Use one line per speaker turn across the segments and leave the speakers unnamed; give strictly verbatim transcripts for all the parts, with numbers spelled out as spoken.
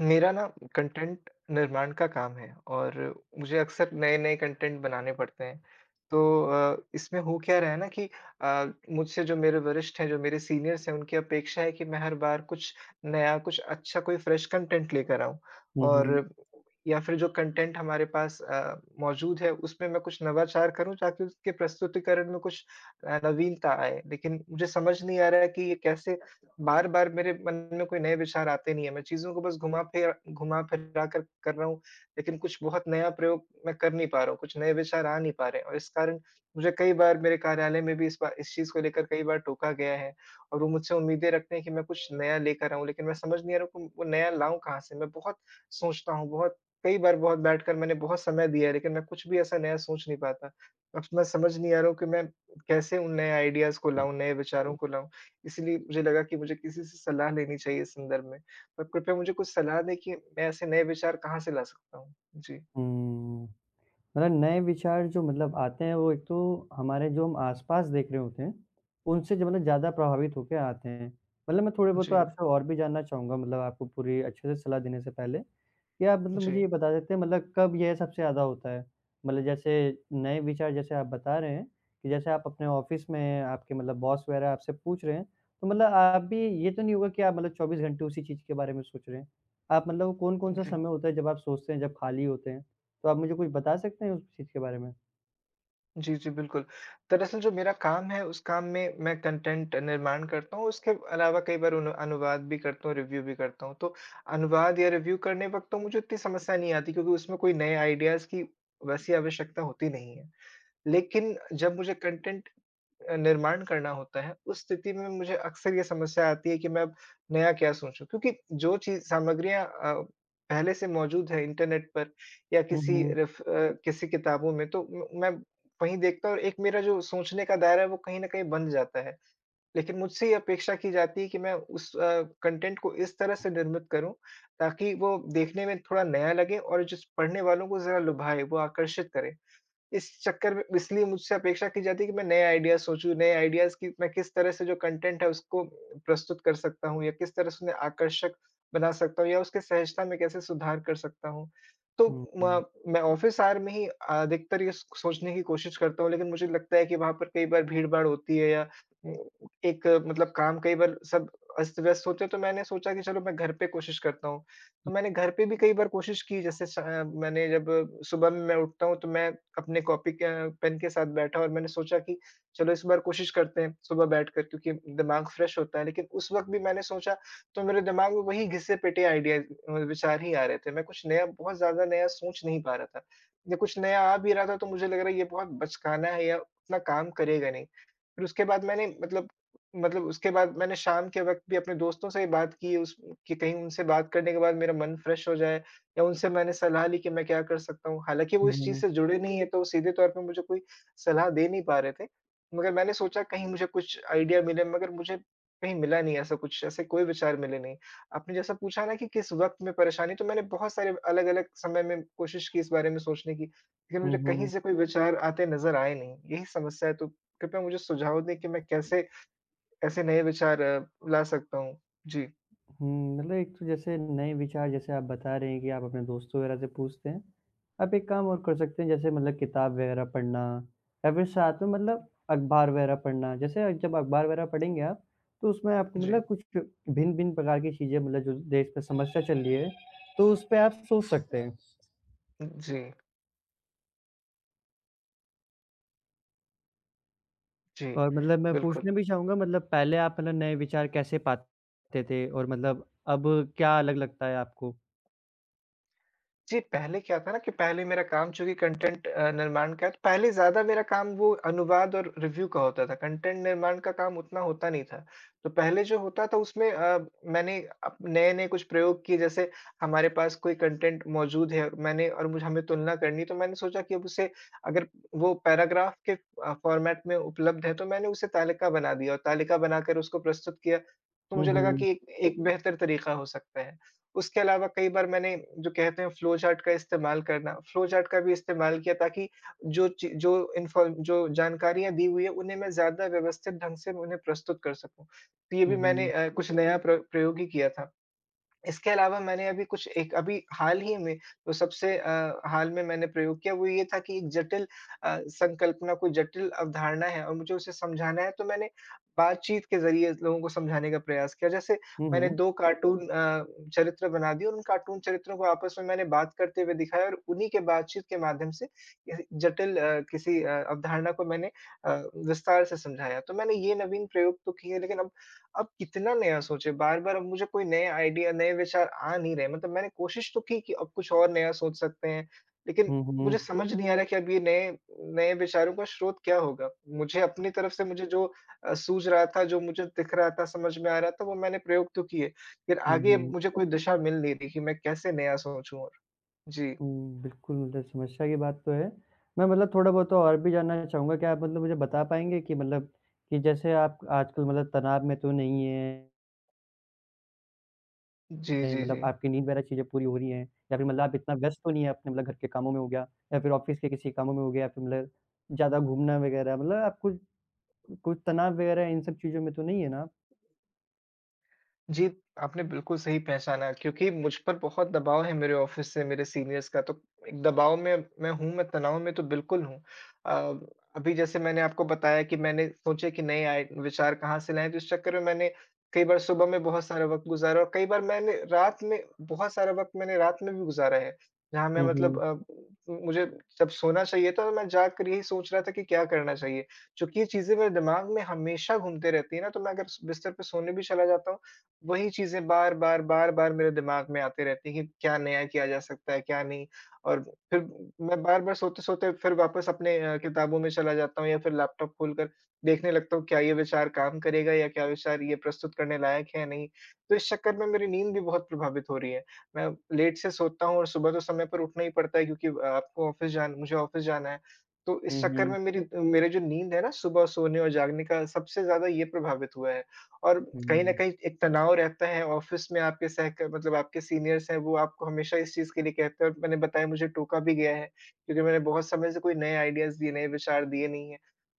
मेरा ना कंटेंट निर्माण का काम है और मुझे अक्सर नए-नए कंटेंट बनाने पड़ते हैं। तो अ, इसमें हो क्या रहा है ना कि अ, मुझसे जो मेरे वरिष्ठ हैं, जो मेरे सीनियर्स हैं, उनकी अपेक्षा है कि मैं हर बार कुछ नया, कुछ अच्छा, कोई फ्रेश कंटेंट लेकर आऊँ। और
हम्म
या फिर जो कंटेंट हमारे पास अ, मौजूद है, उसमें मैं कुछ नवाचार करूँ ताकि उसके प्रस्तुतिकरण में कुछ अ, नवीनता आए। लेकिन मुझे समझ नहीं आ रहा है कि ये कैसे बार-बार मेरे मन में कोई नए विचार आते नहीं है, मैं चीज़ों को बस घुमा-फिरा घुमा-फिरा कर कर रहा हूँ, लेकिन कुछ बहुत नया प्रयोग मैं कर नहीं पा रहा हूँ, कुछ नए विचार आ नहीं पा रहे हैं और इस कारण मुझे कई बार मेरे कार्यालय में भी इस बा इस चीज़ को लेकर कई बार टोका गया है और वो मुझसे उम्मीदें रखते हैं कि मैं कुछ नया लेकर आऊँ, लेकिन मैं समझ नहीं आ रहा हूँ कि वो नया लाऊँ कहाँ से? मैं बहुत सोचता हूँ, बहुत कई बार बहुत बैठकर मैंने बहुत समय दिया है, लेकिन मैं कुछ भी ऐसा नया सोच नहीं पाता। अब मैं समझ नहीं आ रहा हूँ कि मैं कैसे उन नए आइडियाज़ को लाऊँ, नए विचारों को लाऊँ? इसीलिए मुझे लगा कि मुझे किसी से सलाह लेनी चाहिए इस संदर्भ में। तो कृपया मुझे कुछ सलाह दें कि मैं ऐसे नए विचार कहाँ से ला सकता हूँ? जी,
हम्म। मतलब नए विचार जो मतलब आते हैं, वो एक तो हमारे जो हम आस-पास देख रहे होते हैं, उनसे जो मतलब ज़्यादा प्रभावित होके आते हैं। मतलब मैं थोड़े-बहुत
जी,
तो आपसे और भी जानना चाहूँगा मतलब आपको पूरी अच्छे से सलाह देने से पहले, कि आप मतलब
जी,
मुझे ये बता देते हैं मतलब कब यह सबसे ज़्यादा होता है? मतलब जैसे नए विचार जैसे आप बता रहे हैं, कि जैसे आप अपने ऑफ़िस में आपके मतलब बॉस वगैरह आपसे पूछ रहे हैं, तो मतलब आप भी ये तो नहीं होगा कि आप मतलब चौबीस घंटे उसी चीज़ के बारे में सोच रहे हैं। आप मतलब वो कौन-कौन सा
जी।
समय होता है जब आप सोचते हैं, जब खाली होते हैं? तो आप मुझे कुछ बता सकते हैं उस चीज़ के बारे में?
जी, जी, बिल्कुल। दरअसल जो मेरा काम है, उस काम में मैं कंटेंट निर्माण करता हूँ, उसके अलावा कई बार अनु अनुवाद भी करता हूँ, रिव्यू भी करता हूँ। तो अनुवाद या रिव्यू करने वक़्त तो मुझे इतनी समस्या नहीं आती क्योंकि उसमें कोई नए आइडियाज़ की वैसी आवश्यकता होती नहीं है। लेकिन जब मुझे कंटेंट अ, निर्माण करना होता है, उस स्थिति में मुझे अक्सर ये समस्या आती है कि मैं अब नया क्या सोचूँ? क्योंकि जो चीज़ सामग्रियाँ अ, पहले से मौजूद है इंटरनेट पर या
हुँ,
किसी
हुँ।
रेफ़ अ, किसी किताबों में तो म मैं वहीं देखता हूँ और एक मेरा जो सोचने का दायरा है वो कहीं न कहीं बंध जाता है। लेकिन मुझसे ये अपेक्षा की जाती है कि मैं उस अ, कंटेंट को इस तरह से निर्मित करूँ ताकि वो देखने में थोड़ा नया लगे और जिस पढ़ने वालों को ज़रा लुभाए, वो आकर्षित करे। इस चक्कर में इसलिए मुझसे अपेक्षा की जाती है कि मैं नए आइडियाज़ सोचूँ, नए आइडियाज़ की मैं किस तरह से जो कंटेंट है उसको प्रस्तुत कर सकता हूँ या किस तरह से उन्हें आकर्षक बना सकता हूँ या उसकी सहजता में कैसे सुधार कर सकता हूँ। तो
हुँ, हुँ।
म मैं ऑफ़िस आवर में ही अधिकतर ये सो सोचने की कोशिश करता हूँ, लेकिन मुझे लगता है कि वहाँ पर कई बार भीड़-भाड़ होती है या एक मतलब काम कई बार सब अस्त-व्यस्त होते हैं, तो मैंने सोचा कि चलो मैं घर पे कोशिश करता हूँ। तो मैंने घर पे भी कई बार कोशिश की जैसे स अ, मैंने जब सुबह में मैं उठता हूँ तो मैं अपने कॉपी के अ, पेन के साथ बैठा और मैंने सोचा कि चलो इस बार कोशिश करते हैं सुबह बैठकर क्योंकि दिमाग फ्रेश होता है। लेकिन उस वक़्त भी मैंने सोचा तो मेरे दिमाग में वही घिसे-पिटे आइडियाज़ अ, विचार ही आ रहे थे। मैं कुछ नया बहुत ज़्यादा नया सोच नहीं पा रहा था। या कुछ नया आ भी रहा था तो मुझे लग रहा है ये बहुत बचकाना है या उतना काम करेगा नहीं। फिर उसके बाद मैंने मतलब मतलब उसके बाद मैंने शाम के वक़्त भी अपने दोस्तों से बात की उस कि कहीं उनसे बात करने के बाद मेरा मन फ्रेश हो जाए या उनसे मैंने सलाह ली कि मैं क्या कर सकता हूँ। हालाँकि वो
हुँ,
इस चीज़
हुँ।
से जुड़े नहीं हैं, तो सीधे तौर पे मुझे कोई सलाह दे नहीं पा रहे थे। मगर मैंने सोचा कहीं मुझे कुछ आइडिया मिले मगर मुझे कहीं मिला नहीं ऐसा कुछ, ऐसे कोई विचार मिले नहीं। आपने जैसा पूछा ना कि किस वक़्त में परेशानी, तो मैंने बहुत सारे अलग-अलग समय में कोशिश की इस बारे में सोचने की, लेकिन
हुँ,
मुझे कहीं
हुँ।
से कोई विचार आते नज़र आए नहीं। यही समस्या है, तो कृपया मुझे सुझाव दें कि मैं कैसे ऐसे नए विचार अ, ला सकता हूँ। जी,
हुँ, मतलब एक तो जैसे नए विचार जैसे आप बता रहे हैं कि आप अपने दोस्तों वगैरह से पूछते हैं। आप एक काम और कर सकते हैं जैसे मतलब किताब वगैरह पढ़ना या फिर साथ में मतलब अखबार वगैरह पढ़ना। जैसे जब अखबार वगैरह पढ़ेंगे आप, तो उसमें आपको
जी,
मतलब कुछ भिन्न-भिन्न प्रकार की चीज़ें मतलब जो देश पे समस्या चल रही है, तो उस पे आप सोच सकते हैं।
जी, जी,
और मतलब मैं
बिल्कुल।
पूछना भी चाहूँगा मतलब पहले आप मतलब नए विचार कैसे पाते थे और मतलब अब क्या अलग लगता है आपको?
जी, पहले क्या था ना कि पहले मेरा काम चूँकि कंटेंट अ, निर्माण का है, तो पहले ज़्यादा मेरा काम वो अनुवाद और रिव्यू का होता था, कंटेंट निर्माण का काम उतना होता नहीं था। तो पहले जो होता था उसमें अ, मैंने अप नए-नए कुछ प्रयोग किए जैसे हमारे पास कोई कंटेंट मौजूद है और मैंने और मुझे हमें तुलना करनी तो मैंने सोचा कि अब उसे अगर वो पैराग्राफ के अ, फॉर्मेट में उपलब्ध है तो मैंने उसे तालिका बना दिया और तालिका बनाकर उसको प्रस्तुत किया। तो
हुँ,
मुझे लगा
हुँ।
कि एक एक बेहतर तरीका हो सकता है। उसके अलावा कई बार मैंने जो कहते हैं फ्लो चार्ट का इस्तेमाल करना, फ्लो चार्ट का भी इस्तेमाल किया ताकि जो ची जो इन्फॉर जो जानकारियाँ दी हुई है उन्हें मैं ज़्यादा व्यवस्थित ढंग से उन्हें प्रस्तुत कर सकूँ। तो ये भी
हुँ,
मैंने
हुँ।
अ, कुछ नया प्र प्रयोग ही किया था। इसके अलावा मैंने अभी कुछ एक अभी हाल ही में तो सबसे अ, हाल में मैंने प्रयोग किया वो ये था कि एक जटिल अ, संकल्पना कोई जटिल अवधारणा है और मुझे उसे समझाना है तो मैंने बातचीत के ज़रिए लोगों को समझाने का प्रयास किया। जैसे
हुँ,
मैंने
हुँ।
दो कार्टून अ, चरित्र बना दिए और उन कार्टून चरित्रों को आपस में मैंने बात करते हुए दिखाया और उन्हीं के बातचीत के माध्यम से किसी जटिल अ, किसी अ, अवधारणा को मैंने अ, विस्तार से समझाया। तो मैंने ये नवीन प्रयोग तो किए लेकिन अब अब कितना नया सोचे, बार-बार अब मुझे कोई नए आइडिया, नए विचार आ नहीं रहे। मतलब मैंने कोशिश तो की कि अब कुछ और नया सोच सकते हैं, लेकिन
हुँ,
मुझे
हुँ।
समझ नहीं आ रहा कि अब ये नए नए विचारों का स्रोत क्या होगा? मुझे अपनी तरफ से मुझे जो अ, सूझ रहा था, जो मुझे दिख रहा था, समझ में आ रहा था, वो मैंने प्रयोग तो किए। फिर
हुँ,
आगे अब
हुँ।
मुझे कोई दिशा मिल नहीं रही कि मैं कैसे नया सोचूँ और? जी।
हुँ, बिल्कुल मतलब समस्या की बात तो है। मैं मतलब थोड़ा बहुत तो और भी जानना चाहूँगा, क्या आप मतलब मुझे बता पाएँगे कि मतलब कि जैसे आप आजकल मतलब तनाव में तो नहीं हैं,
जी, जी, जी।
मतलब आपकी नींद वगैरह चीज़ें पूरी हो रही हैं? या फिर मतलब आप इतना व्यस्त तो नहीं है अपने मतलब घर के कामों में हो गया या फिर ऑफ़िस के किसी कामों में हो गया या फिर मतलब ज़्यादा घूमना वगैरह मतलब आपको कुछ तनाव वगैरह इन सब चीज़ों में तो नहीं है ना आप?
जी, आपने बिल्कुल सही पहचाना क्योंकि मुझ पर बहुत दबाव है मेरे ऑफ़िस से, मेरे सीनियर्स का। तो एक दबाव में मैं हूँ, मैं तनाव में तो बिल्कुल हूँ। अ, अभी जैसे मैंने आपको बताया कि मैंने सोचे कि नए आए विचार कहाँ से लाएँ, तो इस चक्कर में मैंने कई बार सुबह में बहुत सारा वक़्त गुज़ारा और कई बार मैंने रात में बहुत सारा वक़्त मैंने रात में भी गुज़ारा है। जहाँ मैं
हुँ,
मतलब
हुँ।
अ, मुझे जब सोना चाहिए था तो मैं जाकर यही सोच रहा था कि क्या करना चाहिए? चूँकि ये चीज़ें मेरे दिमाग में हमेशा घूमते रहती हैं ना, तो मैं अगर बिस्तर पे सोने भी चला जाता हूँ, वही चीज़ें बार-बार, बार-बार मेरे दिमाग में आती रहती हैं कि क्या नया किया जा सकता है, क्या नहीं? और फिर मैं बार-बार सोते-सोते फिर वापस अपने अ, किताबों में चला जाता हूँ या फिर लैपटॉप खोलकर देखने लगता हूँ क्या ये विचार काम करेगा या क्या विचार ये प्रस्तुत करने लायक है या नहीं? तो इस चक्कर में मेरी नींद भी बहुत प्रभावित हो रही है। मैं लेट से सोता हूँ और सुबह तो समय पर उठना ही पड़ता है क्योंकि अ, आपको ऑफ़िस जान मुझे ऑफ़िस जाना है। तो इस
हुँ,
चक्कर
हुँ।
में मेरी मेरी जो नींद है ना सुबह सोने और जागने का सबसे ज़्यादा ये प्रभावित हुआ है। और
हुँ,
कहीं न
हुँ।
कहीं एक तनाव रहता है ऑफ़िस में आपके सहक मतलब आपके सीनियर्स हैं वो आपको हमेशा इस चीज़ के लिए कहते हैं और मैंने बताया मुझे टोका भी गया है, क्योंकि मैंने बहुत समय से कोई नए आइडियाज़ दिए, नए विचार दिए नहीं हैं।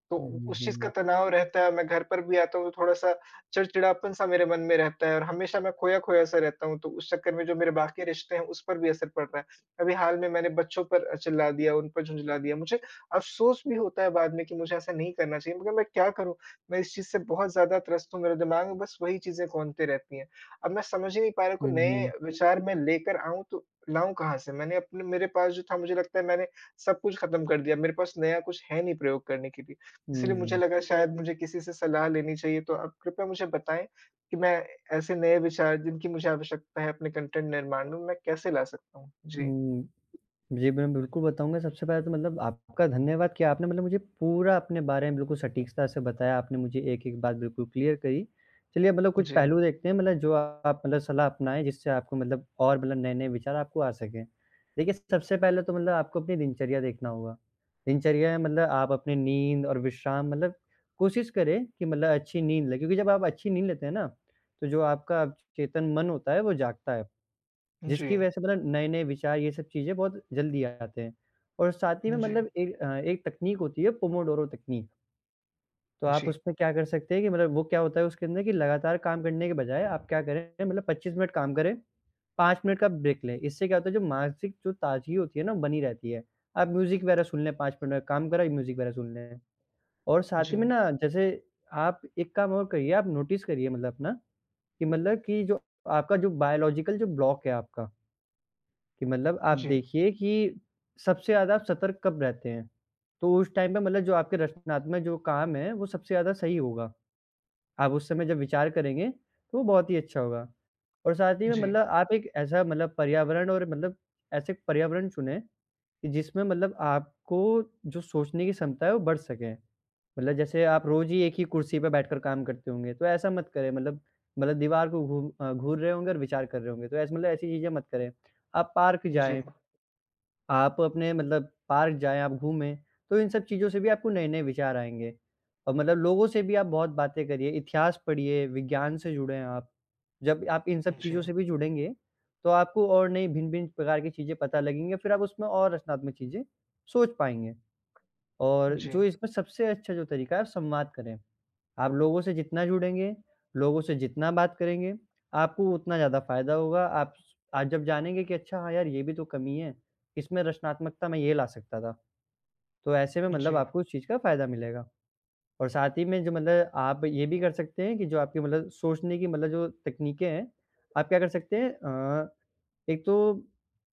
तो
हुँ, हुँ,
उस चीज़ का
हुँ।
तनाव रहता है, मैं घर पर भी आता हूँ तो थोड़ा-सा चिड़चिड़ापन-सा मेरे मन में रहता है और हमेशा मैं खोया-खोया सा रहता हूँ, तो उस चक्कर में जो मेरे बाकी रिश्ते हैं उस पर भी असर पड़ रहा है। अभी हाल में मैंने बच्चों पर अ, चिल्ला दिया, उन पर झुँझला दिया, मुझे अफ़सोस भी होता है बाद में कि मुझे ऐसा नहीं करना चाहिए मगर मैं क्या करूँ? मैं इस चीज़ से बहुत ज़्यादा त्रस्त हूँ, मेरे दिमाग में बस वही चीज़ें घूमती रहती हैं। अब मैं समझ ही नहीं पा रहा कि
हुँ,
नए
हुँ।
विचार मैं लेकर आऊँ तो लाऊँ कहाँ से? मैंने अपने मेरे पास जो था मुझे लगता है मैंने सब कुछ ख़त्म कर दिया। मेरे पास नया कुछ है नहीं प्रयोग करने के लिए। इसीलिए मुझे
हुँ।
लगा शायद मुझे किसी से सलाह लेनी चाहिए, तो आप कृपया मुझे बताएँ कि मैं ऐसे नए विचार जिनकी मुझे आवश्यकता है अपने कंटेंट निर्माण में, मैं कैसे ला सकता हूँ? जी,
हुँ। जी, मैं बिल्कुल बताऊँगा। सबसे पहले तो मतलब आपका धन्यवाद कि आपने मतलब मुझे पूरा अपने बारे में बिल्कुल सटीकता से बताया। आपने मुझे एक-एक बात बिल्कुल क्लियर करी। चलिए मतलब कुछ
जी,
पहलू देखते हैं मतलब जो आप मतलब सलाह अपनाएँ जिससे आपको मतलब और मतलब नए-नए विचार आपको आ सकें। देखिए, सबसे पहले तो मतलब आपको अपनी दिनचर्या देखना होगा। दिनचर्या है मतलब आप अपनी नींद और विश्राम मतलब कोशिश करें कि मतलब अच्छी नींद लें क्योंकि जब आप अच्छी नींद लेते हैं ना, तो जो आपका अवचेतन मन होता है वो जागता है।
जी,
जिसकी वजह से मतलब नए-नए विचार ये सब चीज़ें बहुत जल्दी आते हैं। और साथ ही में
जी,
मतलब एक अ, एक तकनीक होती है पोमोडोरो तकनीक। तो आप
जी,
उसमें क्या कर सकते हैं कि मतलब वो क्या होता है उसके अंदर कि लगातार काम करने के बजाय आप क्या करें मतलब पच्चीस मिनट काम करें, पाँच मिनट का ब्रेक लें। इससे क्या होता है जो मानसिक जो ताज़गी होती है ना बनी रहती है। आप म्यूज़िक वगैरह सुन लें पाँच मिनट में काम करा म्यूज़िक वगैरह सुन लें। और साथ
जी,
ही में ना जैसे आप एक काम और करिए आप नोटिस करिए मतलब अपना कि मतलब कि जो आपका जो बायोलॉजिकल जो ब्लॉक है आपका कि मतलब आप
जी,
देखिए कि सबसे ज़्यादा आप सतर्क कब रहते हैं, तो उस टाइम पे मतलब जो आपके रचनात्मक जो काम है, वो सबसे ज़्यादा सही होगा। आप उस समय जब विचार करेंगे, तो वो बहुत ही अच्छा होगा। और साथ ही में
जी,
मतलब आप एक ऐसा मतलब पर्यावरण और मतलब ऐसे पर्यावरण चुनें कि जिसमें मतलब आपको जो सोचने की क्षमता है, वो बढ़ सके। मतलब जैसे आप रोज़ ही एक ही कुर्सी पे बैठकर काम करते होंगे, तो ऐसा मत करें मतलब मतलब दीवार को घू अ, घूर रहे होंगे और विचार कर रहे होंगे, तो ऐसे मतलब ऐसी चीज़ें मत करें। आप पार्क
जी, जी,
जाएँ आप अपने मतलब पार्क जाएँ, आप घूमें, तो इन सब चीज़ों से भी आपको नए-नए विचार आएँगे और मतलब लोगों से भी आप बहुत बातें करिए, इतिहास पढ़िए, विज्ञान से जुड़ें आप। जब आप इन सब
जी,
चीज़ों से भी जुड़ेंगे, तो आपको और नई भिन्न-भिन्न प्रकार की चीज़ें पता लगेंगी, फिर आप उसमें और रचनात्मक चीज़ें सोच पाएँगे और
जी।
जो इसमें सबसे अच्छा जो तरीका है, आप संवाद करें। आप लोगों से जितना जुड़ेंगे, लोगों से जितना बात करेंगे, आपको उतना ज़्यादा फ़ायदा होगा। आप आप जब जानेंगे कि अच्छा हाँ यार, ये भी तो कमी है, इसमें रचनात्मकता मैं ये ला सकता था। तो ऐसे में मतलब
जी,
आपको उस चीज़ का फ़ायदा मिलेगा और साथ ही में जो मतलब आप ये भी कर सकते हैं कि जो आपकी मतलब सोचने की मतलब जो तकनीकें हैं, आप क्या कर सकते हैं अ, एक तो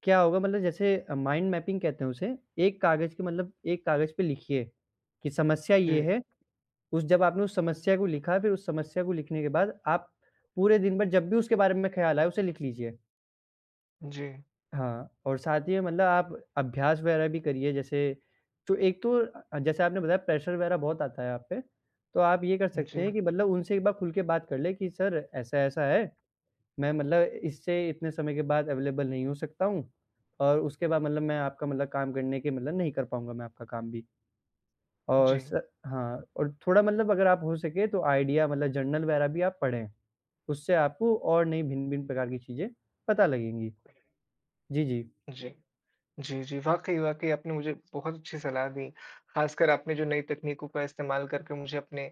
क्या होगा मतलब जैसे अ, माइंड मैपिंग कहते हैं उसे, एक कागज़ के मतलब एक कागज़ पे लिखिए कि समस्या ये
जी,
है उस जब आपने उस समस्या को लिखा, फिर उस समस्या को लिखने के बाद आप पूरे दिन भर जब भी उसके बारे में ख़्याल आए, उसे लिख लीजिए।
जी,
हाँ, और साथ ही में मतलब आप अभ्यास वग़ैरह भी करिए जैसे तो एक तो अ, जैसे आपने बताया प्रेशर वग़ैरह बहुत आता है आप पे, तो आप ये कर सकते
जी,
हैं कि मतलब उनसे एक बार खुल के बात कर लें कि सर ऐसा-ऐसा है, मैं मतलब इससे इतने समय के बाद अवेलेबल नहीं हो सकता हूँ और उसके बाद मतलब मैं आपका मतलब काम करने के मतलब नहीं कर पाऊँगा मैं आपका काम भी। और
जी।
स हाँ, और थोड़ा मतलब अगर आप हो सके तो आइडिया मतलब जर्नल वगैरह भी आप पढ़ें। उससे आपको और नई भिन्न-भिन्न प्रकार की चीज़ें पता लगेंगी। जी, जी।
जी, जी, जी, वाक़ई, वाक़ई आपने मुझे बहुत अच्छी सलाह दी। ख़ासकर आपने जो नई तकनीकों का इस्तेमाल करके मुझे अपने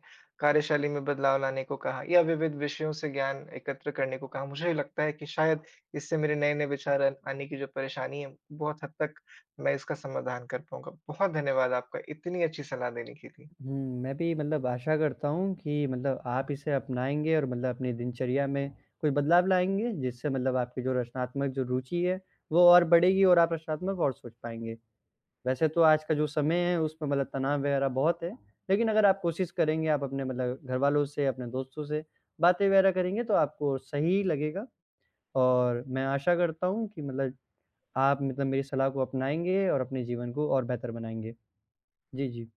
कार्यशैली में बदलाव लाने को कहा या विविध विषयों से ज्ञान एकत्र करने को कहा, मुझे लगता है कि शायद इससे मेरे नए-नए विचार अन आने की जो परेशानी है, बहुत हद तक मैं इसका समाधान कर पाऊँगा। बहुत धन्यवाद आपका इतनी अच्छी सलाह देने के लिए।
हुँ, मैं भी मतलब आशा करता हूँ कि मतलब आप इसे अपनाएँगे और मतलब अपनी दिनचर्या में कोई बदलाव लाएँगे, जिससे मतलब आपकी जो रचनात्मक जो रुचि है, वो और बढ़ेगी और आप रचनात्मक और सोच पाएँगे। वैसे तो आज का जो समय है उसमें मतलब तनाव वगैरह बहुत है, लेकिन अगर आप कोशिश करेंगे, आप अपने मतलब घरवालों से, अपने दोस्तों से बातें वगैरह करेंगे तो आपको सही लगेगा और मैं आशा करता हूँ कि मतलब आप मतलब मेरी सलाह को अपनाएँगे और अपने जीवन को और बेहतर बनाएँगे। जी, जी।